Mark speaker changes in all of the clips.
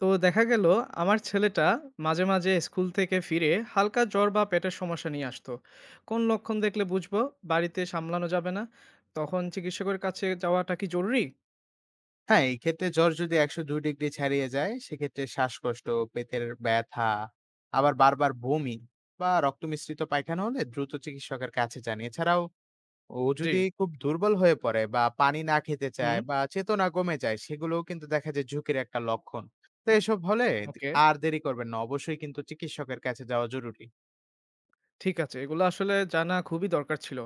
Speaker 1: তো দেখা গেল আমার ছেলেটা মাঝে মাঝে স্কুল থেকে ফিরে হালকা জ্বর বা পেটের সমস্যা নিয়ে আসতো। কোন লক্ষণ দেখলে বুঝবো বাড়িতে সামলানো যাবে না, তখন চিকিৎসকের কাছে যাওয়াটা কি জরুরি?
Speaker 2: হ্যাঁ, এই ক্ষেত্রে জ্বর যদি ১০২ ডিগ্রি ছাড়িয়ে যায়, সেক্ষেত্রে শ্বাসকষ্ট, পেটের ব্যথা, আবার বারবার বমি বা রক্ত মিশ্রিত পায়খানা হলে দ্রুত চিকিৎসকের কাছে যান। এছাড়াও ও
Speaker 1: জি।
Speaker 2: যদি খুব দুর্বল হয়ে পড়ে বা পানি না খেতে
Speaker 1: হুম।
Speaker 2: চায় বা চেতনা কমে যায়, সেগুলোও কিন্তু দেখা যায় ঝুঁকির একটা লক্ষণ। তো এসব হলে দে
Speaker 1: ওকে।
Speaker 2: আর দেরি করবেন না। অবশ্যই কিন্তু চিকিৎসকের কাছে যাওয়া জরুরি।
Speaker 1: ঠিক আছে, এগুলো আসলে জানা খুবই দরকার ছিল।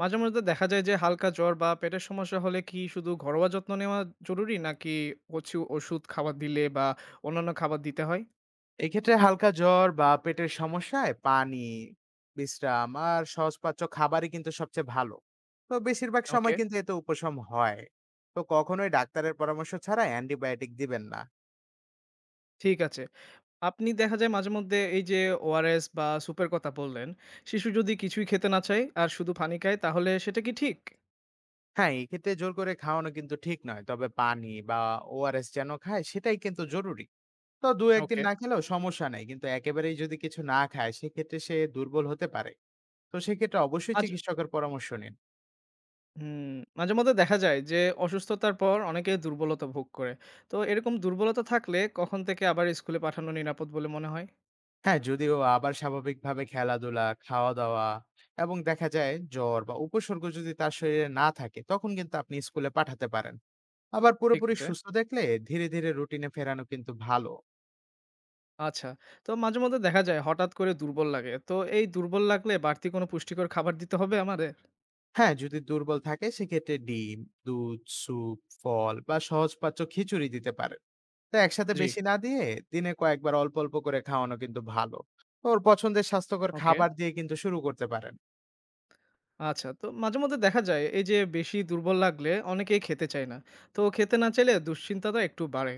Speaker 1: মাঝে মাঝে দেখা যায় যে হালকা জ্বর বা পেটের সমস্যা হলে কি শুধু ঘরোয়া যত্ন নেওয়া জরুরি, নাকি কিছু ওষুধ খাবার দিলে বা অন্যান্য খাবার দিতে হয়?
Speaker 2: এক্ষেত্রে হালকা জ্বর বা পেটের সমস্যায় পানি, বিশ্রাম আর সহজপাচ্য খাবারই কিন্তু সবচেয়ে ভালো। তো বেশিরভাগ সময়
Speaker 1: ওকে।
Speaker 2: কিন্তু এতে উপশম হয়। তো কখনোই ডাক্তারের পরামর্শ ছাড়া অ্যান্টিবায়োটিক দিবেন না।
Speaker 1: ঠিক আছে। আপনি দেখা যায় মাঝেমধ্যে এই যে ওআরএস বা সুপের কথা বললেন, শিশু যদি কিছুই খেতে না চায় আর শুধু পানি খায় তাহলে সেটা কি ঠিক?
Speaker 2: হ্যাঁ, এক্ষেত্রে জোর করে খাওয়ানো কিন্তু ঠিক নয়। তবে পানি বা ওআরএস যেন খায় সেটাই কিন্তু জরুরি। তো ২-১ দিন
Speaker 1: ওকে।
Speaker 2: না খেলেও সমস্যা নেই। কিন্তু একেবারেই যদি কিছু না খায় সেক্ষেত্রে সে দুর্বল হতে পারে। তো সেক্ষেত্রে অবশ্যই
Speaker 1: আজ
Speaker 2: চিকিৎসকের পরামর্শ নিন।
Speaker 1: হুম, মাঝেমধ্যে দেখা যায় যে অসুস্থতার পর অনেকে দুর্বলতা ভোগ করে। তো এরকম দুর্বলতা থাকলে কখন থেকে আবার স্কুলে পাঠানো নিরাপদ বলে মনে হয়?
Speaker 2: হ্যাঁ, যদিও আবার স্বাভাবিকভাবে খেলাধুলা, খাওয়া-দাওয়া এবং দেখা যায় জ্বর বা উপসর্গ যদি তার শরীরে না থাকে, তখন কিন্তু আপনি স্কুলে পাঠাতে পারেন। আবার
Speaker 1: ঠিক
Speaker 2: পুরোপুরি
Speaker 1: আছে।
Speaker 2: সুস্থ দেখলে ধীরে, ধীরে রুটিনে ফেরানো কিন্তু ভালো।
Speaker 1: আচ্ছা। তো মাঝেমধ্যে দেখা যায় হঠাৎ করে দুর্বল লাগে। তো এই দুর্বল লাগলে বাড়তি কোনো পুষ্টিকর খাবার দিতে হবে আমাদের?
Speaker 2: হ্যাঁ, যদি দুর্বল থাকে সেক্ষেত্রে ডিম, দুধ, স্যুপ, ফল বা সহজপাচ্য খিচুড়ি দিতে পারেন। তো একসাথে
Speaker 1: জি।
Speaker 2: বেশি না দিয়ে দিনে কয়েকবার অল্প, অল্প করে খাওয়ানো কিন্তু ভালো। ওর পছন্দের স্বাস্থ্যকর
Speaker 1: ওকে।
Speaker 2: খাবার দিয়ে কিন্তু শুরু করতে পারেন।
Speaker 1: আচ্ছা, তো মাঝেমধ্যে দেখা যায় এই যে বেশি দুর্বল লাগলে অনেকেই খেতে চায় না। তো খেতে না চাইলে দুশ্চিন্তাটা একটু বাড়ে।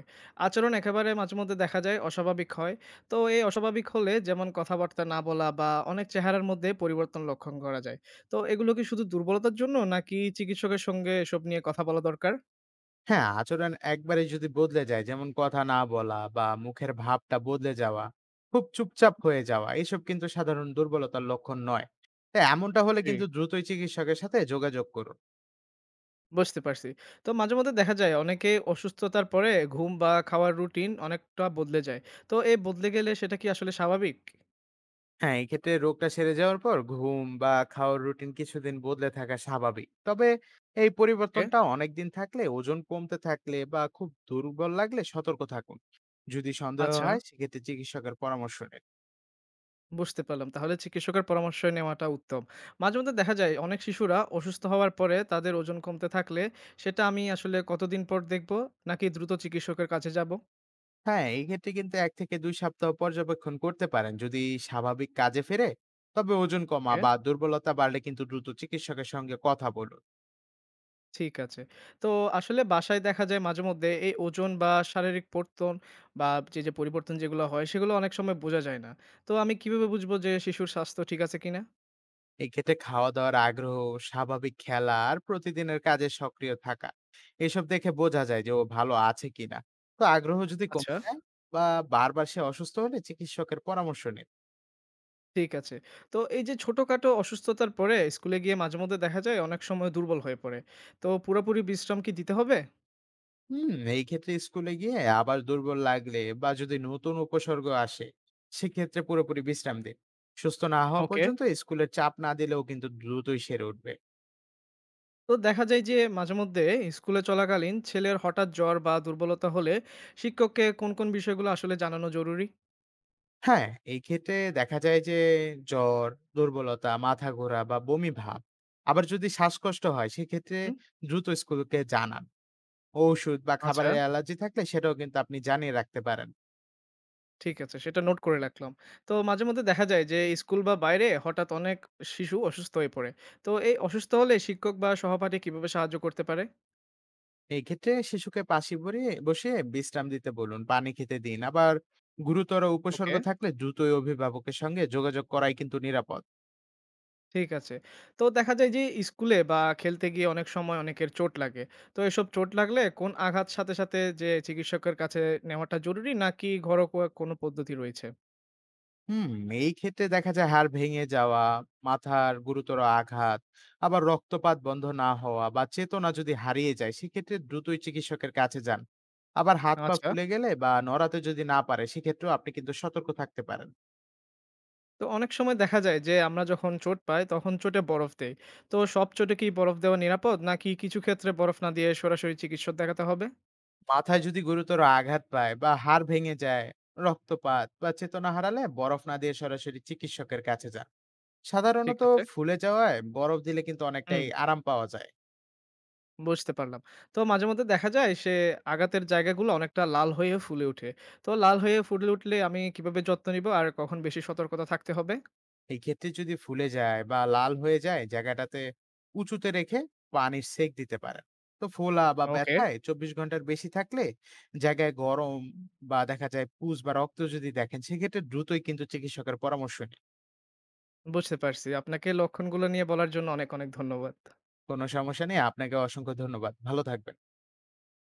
Speaker 1: আচরণ একেবারে মাঝেমধ্যে দেখা যায় অস্বাভাবিক হয়। তো এই অস্বাভাবিক হলে যেমন কথাবার্তা না বলা বা অনেক চেহারার মধ্যে পরিবর্তন লক্ষণ করা যায়। তো এগুলো কি শুধু দুর্বলতার জন্য নাকি চিকিৎসকের সঙ্গে এসব নিয়ে কথা বলা দরকার?
Speaker 2: হ্যাঁ, আচরণ একবারেই যদি বদলে যায়, যেমন কথা না বলা বা মুখের ভাবটা বদলে যাওয়া, খুব চুপচাপ হয়ে যাওয়া, এসব কিন্তু সাধারণ দুর্বলতার লক্ষণ নয়। তাই এমনটা হলে
Speaker 1: জি।
Speaker 2: কিন্তু দ্রুতই চিকিৎসকের সাথে যোগাযোগ করুন।
Speaker 1: বুঝতে পারছি। তো মাঝেমধ্যে দেখা যায় অনেকে অসুস্থতার পরে ঘুম বা খাওয়ার রুটিন অনেকটা বদলে যায়। তো এ বদলে গেলে সেটা কি আসলে স্বাভাবিক?
Speaker 2: হ্যাঁ, এক্ষেত্রে রোগটা সেরে যাওয়ার পর ঘুম বা খাওয়ার রুটিন কিছুদিন বদলে থাকা স্বাভাবিক। তবে এই
Speaker 1: এ
Speaker 2: পরিবর্তনটা অনেকদিন থাকলে, ওজন কমতে থাকলে বা খুব দুর্বল লাগলে সতর্ক থাকুন। যদি সন্দেহ
Speaker 1: আচ্ছা।
Speaker 2: হয়, সেক্ষেত্রে চিকিৎসকের পরামর্শ নিন।
Speaker 1: বুঝতে পারলাম। তাহলে চিকিৎসকের পরামর্শ নেওয়াটা উত্তম। মাঝেমধ্যে দেখা যায় অনেক শিশুরা অসুস্থ হওয়ার পরে তাদের ওজন কমতে থাকলে সেটা আমি আসলে কতদিন পর দেখব, নাকি দ্রুত চিকিৎসকের কাছে যাব?
Speaker 2: হ্যাঁ, এই ক্ষেত্রে কিন্তু ১ থেকে ২ সপ্তাহ পর্যবেক্ষণ করতে পারেন। যদি স্বাভাবিক কাজে ফেরে, তবে ওজন কমা
Speaker 1: ওকে।
Speaker 2: বা দুর্বলতা বাড়লে কিন্তু দ্রুত চিকিৎসকের সঙ্গে কথা বলুন।
Speaker 1: ঠিক আছে। তো আসলে বাসায় দেখা যায় মাঝেমধ্যে এই ওজন বা শারীরিক পর্তন বা যে পরিবর্তন যেগুলো হয় সেগুলো অনেক সময় বোঝা যায় না। তো আমি কিভাবে বুঝবো যে শিশুর স্বাস্থ্য ঠিক আছে কিনা?
Speaker 2: এক্ষেত্রে খাওয়া-দাওয়ার আগ্রহ, স্বাভাবিক খেলা আর প্রতিদিনের কাজে সক্রিয় থাকা। এসব দেখে বোঝা যায় যে ও ভালো আছে কিনা। তো আগ্রহ যদি কমে
Speaker 1: আচ্ছা।
Speaker 2: যায় বা বারবার সে অসুস্থ হলে চিকিৎসকের পরামর্শ নিন।
Speaker 1: ঠিক আছে। তো এই যে ছোটখাটো অসুস্থতার পরে স্কুলে গিয়ে মাঝেমধ্যে দেখা যায় অনেক সময় দুর্বল হয়ে পড়ে। তো পুরোপুরি বিশ্রাম কি দিতে হবে?
Speaker 2: হুম, এই ক্ষেত্রে স্কুলে গিয়ে আবার দুর্বল লাগলে বা যদি নতুন উপসর্গ আসে সেক্ষেত্রে পুরোপুরি বিশ্রাম দিন। সুস্থ না হওয়া
Speaker 1: ওকে।
Speaker 2: পর্যন্ত স্কুলের চাপ না দিলেও কিন্তু দ্রুতই সেরে উঠবে।
Speaker 1: তো দেখা যায় যে মাঝেমধ্যে স্কুলে চলাকালীন ছেলের হঠাৎ জ্বর বা দুর্বলতা হলে শিক্ষককে কোন বিষয়গুলো আসলে জানানো জরুরি?
Speaker 2: হ্যাঁ, এই ক্ষেত্রে দেখা যায় যে জ্বর, দুর্বলতা, মাথা ঘোরা বা বমি ভাব, আবার যদি শ্বাসকষ্ট হয় সেক্ষেত্রে
Speaker 1: হুম?
Speaker 2: দ্রুত স্কুলকে জানান। ঔষধ বা
Speaker 1: আচ্ছা।
Speaker 2: খাবারের অ্যালার্জি থাকলে সেটাও কিন্তু আপনি জানিয়ে রাখতে পারেন।
Speaker 1: ঠিক আছে, সেটা নোট করে রাখলাম। তো মাঝেমধ্যে দেখা যায় যে স্কুল বা বাইরে হঠাৎ অনেক শিশু অসুস্থ হয়ে পড়ে। তো এই অসুস্থ হলে শিক্ষক বা সহপাঠী কিভাবে সাহায্য করতে পারে?
Speaker 2: এক্ষেত্রে শিশুকে পাশে বরে বসে বিশ্রাম দিতে বলুন, পানি খেতে দিন। আবার গুরুতর উপসর্গ
Speaker 1: ওকে।
Speaker 2: থাকলে দ্রুতই অভিভাবকের সঙ্গে যোগাযোগ করাই কিন্তু নিরাপদ।
Speaker 1: ঠিক আছে। তো দেখা যায় যে স্কুলে বা খেলতে গিয়ে অনেক সময় অনেকের চোট লাগে। তো এসব চোট লাগলে কোন আঘাত সাথে সাথে যে চিকিৎসকের কাছে নেওয়াটা জরুরি নাকি ঘরোয়া কোনো পদ্ধতি রয়েছে?
Speaker 2: হুম, এই ক্ষেত্রে দেখা যায় হাড় ভেঙে যাওয়া, মাথার গুরুতর আঘাত, আবার রক্তপাত বন্ধ না হওয়া বা চেতনা যদি হারিয়ে যায় সেক্ষেত্রে দ্রুতই চিকিৎসকের কাছে যান। আবার হাত পা
Speaker 1: আচ্ছা।
Speaker 2: ফুলে গেলে বা নড়াতে যদি না পারে সেক্ষেত্রেও আপনি কিন্তু সতর্ক থাকতে পারেন।
Speaker 1: তো অনেক সময় দেখা যায় যে আমরা যখন চোট পাই তখন চোটে বরফ দেই। তো সব চোটে কি বরফ দেওয়া নিরাপদ নাকি কিছু ক্ষেত্রে বরফ না দিয়ে সরাসরি চিকিৎসক দেখাতে হবে?
Speaker 2: মাথায় যদি গুরুতর আঘাত পায় বা হাড় ভেঙে যায়, রক্তপাত বা চেতনা হারালে বরফ না দিয়ে সরাসরি চিকিৎসকের কাছে যান।
Speaker 1: ঠিক
Speaker 2: সাধারণত
Speaker 1: আছে।
Speaker 2: ফুলে যাওয়ায় বরফ দিলে কিন্তু অনেকটাই
Speaker 1: হুম।
Speaker 2: আরাম পাওয়া যায়।
Speaker 1: বুঝতে পারলাম। তো মাঝেমধ্যে দেখা যায় সে আঘাতের জায়গাগুলো অনেকটা লাল হয়ে ফুলে উঠে। তো লাল হয়ে ফুলে উঠলে আমি কিভাবে যত্ন নিব আর কখন বেশি সতর্কতা থাকতে হবে?
Speaker 2: এই ক্ষেত্রে যদি ফুলে যায় বা লাল হয়ে যায় জায়গাটাতে উঁচুতে রেখে পানির সেক দিতে পারেন। তো ফোলা বা
Speaker 1: ওকে।
Speaker 2: ব্যথায় ২৪ ঘন্টার বেশি থাকলে জায়গায় গরম বা দেখা যায় পুজ বা রক্ত যদি দেখেন সেক্ষেত্রে দ্রুতই কিন্তু চিকিৎসকের পরামর্শ নিন।
Speaker 1: বুঝতে পারছি। আপনাকে লক্ষণগুলো নিয়ে বলার জন্য অনেক অনেক ধন্যবাদ।
Speaker 2: কোনো সমস্যা নেই। আপনাকে অসংখ্য ধন্যবাদ। ভালো থাকবেন।